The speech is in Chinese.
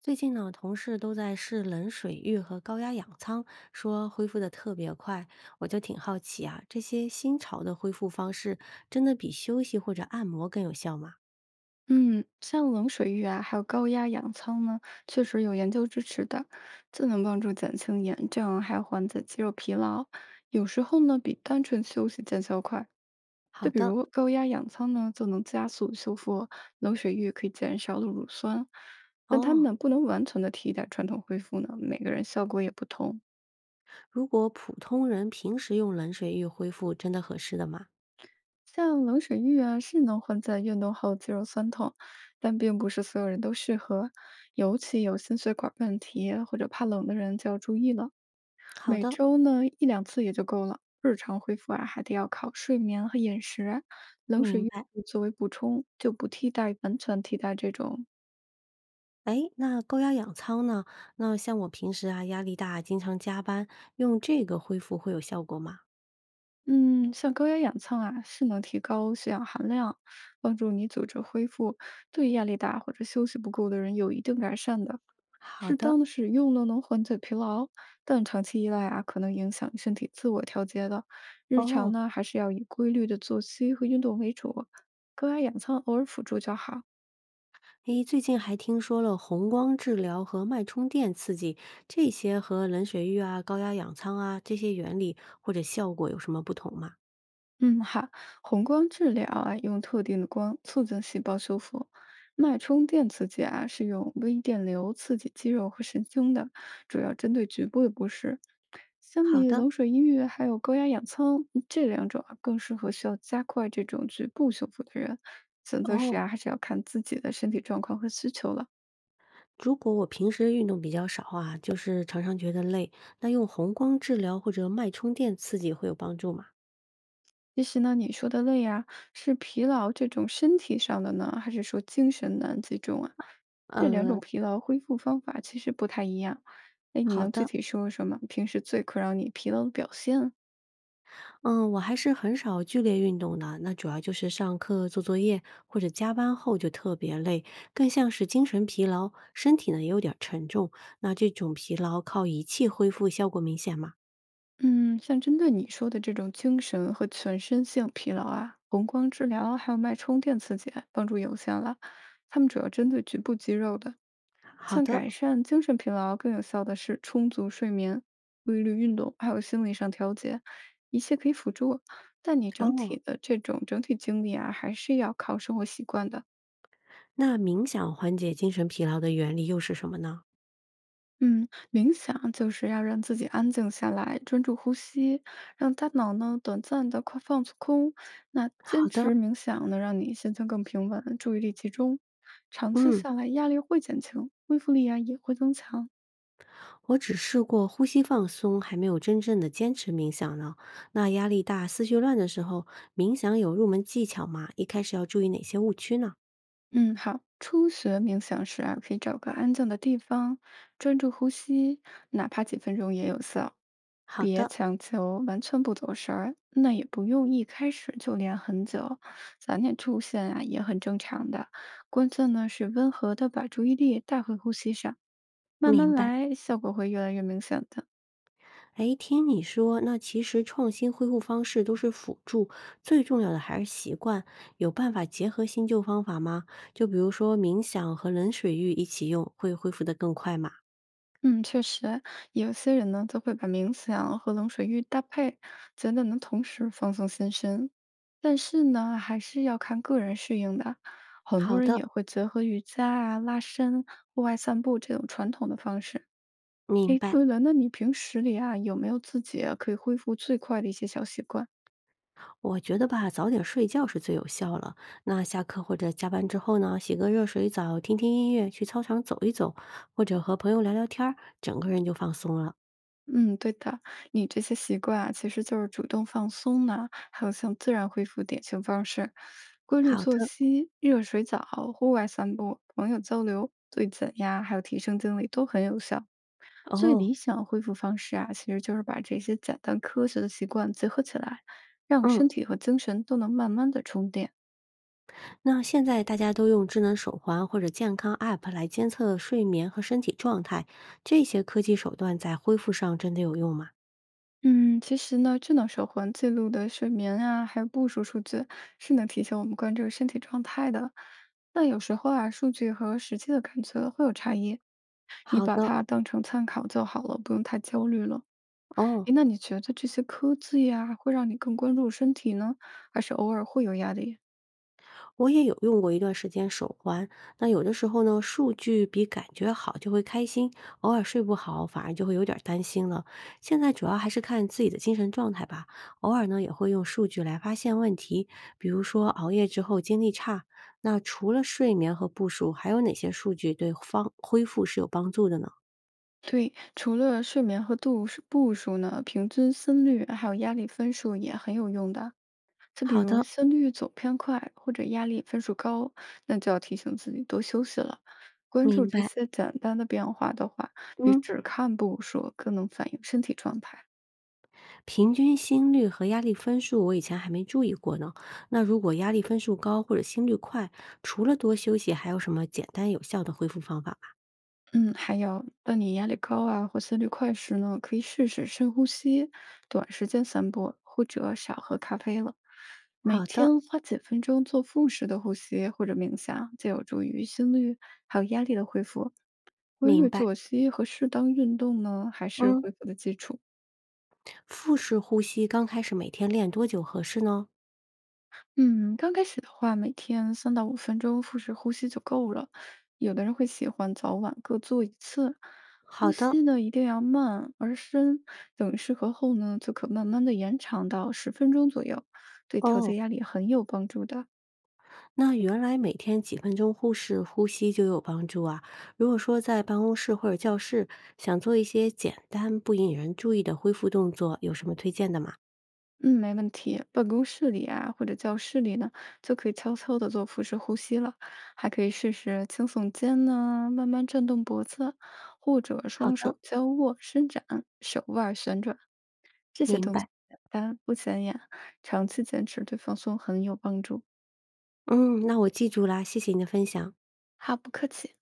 最近呢，同事都在试冷水浴和高压氧舱，说恢复的特别快，我就挺好奇啊，这些新潮的恢复方式真的比休息或者按摩更有效吗？嗯，像冷水浴啊，还有高压氧舱呢，确实有研究支持的，这能帮助减轻炎症，还有缓解肌肉疲劳。有时候呢，比单纯休息见效快。就好比的。如高压氧舱呢，就能加速修复；冷水浴可以减少乳酸，但它哦。们不能完全的替代传统恢复呢，每个人效果也不同。如果普通人平时用冷水浴恢复，真的合适的吗？像冷水浴啊，是能缓解运动后肌肉酸痛，但并不是所有人都适合，尤其有心血管问题或者怕冷的人就要注意了。好每的。周呢一两次也就够了，日常恢复啊还得要靠睡眠和饮食，冷水明浴白。作为补充，就不替代这种。哎，那高压氧舱呢？那像我平时啊，压力大，经常加班，用这个恢复会有效果吗？嗯，像高压氧舱啊，是能提高血氧含量，帮助你组织恢复，对压力大或者休息不够的人有一定改善的。好适的。当的使用呢，能缓解疲劳，但长期依赖啊，可能影响身体自我调节的。日常哦。呢，还是要以规律的作息和运动为主，高压氧舱偶尔辅助就好。诶，最近还听说了红光治疗和脉冲电刺激，这些和冷水浴啊、高压氧舱啊这些原理或者效果有什么不同吗？嗯，好，红光治疗啊，用特定的光促进细胞修复；脉冲电刺激啊，是用微电流刺激肌肉和神经的，主要针对局部的不适。相好比的。冷水浴还有高压氧舱这两种啊，更适合需要加快这种局部修复的人。选择时哦。啊，还是要看自己的身体状况和需求了。如果我平时运动比较少啊，就是常常觉得累，那用红光治疗或者脉冲电刺激会有帮助吗？其实呢，你说的累啊，是疲劳这种身体上的呢，还是说精神难集中啊？这两呃，种疲劳恢复方法其实不太一样。哎，你好能具的。体说说吗？平时最困扰你疲劳的表现？嗯，我还是很少剧烈运动的，那主要就是上课、做作业或者加班后就特别累，更像是精神疲劳，身体呢也有点儿沉重。那这种疲劳靠仪器恢复效果明显吗？嗯，像针对你说的这种精神和全身性疲劳啊，红光治疗还有脉冲电刺激帮助有限了。他们主要针对局部肌肉的，好像的。改善精神疲劳更有效的是充足睡眠、规律运动，还有心理上调节，一切可以辅助。但你整哦。体的这种整体精力啊，还是要靠生活习惯的。那冥想缓解精神疲劳的原理又是什么呢？嗯，冥想就是要让自己安静下来，专注呼吸，让大脑呢短暂的快放空。那坚好的。持冥想能让你心情更平稳，注意力集中，长期嗯，下来压力会减轻，恢复力啊也会增强。我只试过呼吸放松，还没有真正的坚持冥想呢。那压力大、思绪乱的时候，冥想有入门技巧吗？一开始要注意哪些误区呢？嗯，好。初学冥想时啊，可以找个安静的地方，专注呼吸，哪怕几分钟也有效。好别的。强求完全不走神儿，那也不用一开始就练很久，杂念出现啊也很正常的。关键呢是温和的把注意力带回呼吸上，慢慢明白。来，效果会越来越明显的。哎，听你说，那其实创新恢复方式都是辅助，最重要的还是习惯。有办法结合新旧方法吗？就比如说冥想和冷水浴一起用，会恢复得更快吗？嗯，确实，有些人呢，则会把冥想和冷水浴搭配，觉得能同时放松心身。但是呢，还是要看个人适应的。很多好人的。也会结合瑜伽啊、拉伸、户外散步这种传统的方式。明诶，白。对了，那你平时里啊，有没有自己啊可以恢复最快的一些小习惯？我觉得吧，早点睡觉是最有效了。那下课或者加班之后呢，洗个热水澡，听听音乐，去操场走一走，或者和朋友聊聊天儿，整个人就放松了。嗯，对的，你这些习惯啊，其实就是主动放松呢，还有像自然恢复典型方式，规律好作的。息、热水澡、户外散步、朋友交流、对减压，还有提升精力都很有效。最哦。理想恢复方式啊，其实就是把这些简单科学的习惯结合起来，让嗯。身体和精神都能慢慢的充电。那现在大家都用智能手环或者健康 App 来监测睡眠和身体状态，这些科技手段在恢复上真的有用吗？嗯，其实呢，智能手环记录的睡眠啊，还有步数数据，是能提醒我们关注身体状态的。那有时候啊，数据和实际的感觉会有差异，你好把的。它当成参考就好了，不用太焦虑了。哦。诶，那你觉得这些科技呀，会让你更关注身体呢，还是偶尔会有压力？我也有用过一段时间手环，那有的时候呢，数据比感觉好就会开心，偶尔睡不好反而就会有点儿担心了。现在主要还是看自己的精神状态吧，偶尔呢也会用数据来发现问题，比如说熬夜之后精力差。那除了睡眠和步数，还有哪些数据对方恢复是有帮助的呢？对，除了睡眠和步数呢，平均心率还有压力分数也很有用的。就比好如的。心率走偏快或者压力分数高，那就要提醒自己多休息了。关注明这白。些简单的变化的话，比嗯。只看步数更能反映身体状态。平均心率和压力分数，我以前还没注意过呢。那如果压力分数高或者心率快，除了多休息，还有什么简单有效的恢复方法吗？嗯，还有，当你压力高啊或心率快时呢，可以试试深呼吸、短时间散步，或者少喝咖啡了。每好的。天花几分钟做腹式的呼吸或者冥想，就有助于心率还有压力的恢复。规明律白。作息和适当运动呢，还是嗯，恢复的基础。腹式呼吸刚开始每天练多久合适呢？嗯，刚开始的话，每天3到5分钟腹式呼吸就够了。有的人会喜欢早晚各做一次，呼好的。吸呢一定要慢而深，等适合后呢，就可慢慢的延长到10分钟左右，对调哦，节压力很有帮助的。那原来每天几分钟腹式呼吸就有帮助啊。如果说在办公室或者教室想做一些简单不引人注意的恢复动作，有什么推荐的吗？嗯，没问题。办公室里啊，或者教室里呢，就可以悄悄的做腹式呼吸了，还可以试试轻耸肩呢，慢慢转动脖子，或者好双的。手交握伸展，手腕儿旋转，这些明动作白。简单不显眼，长期坚持对放松很有帮助。嗯，那我记住啦，谢谢你的分享。好，不客气。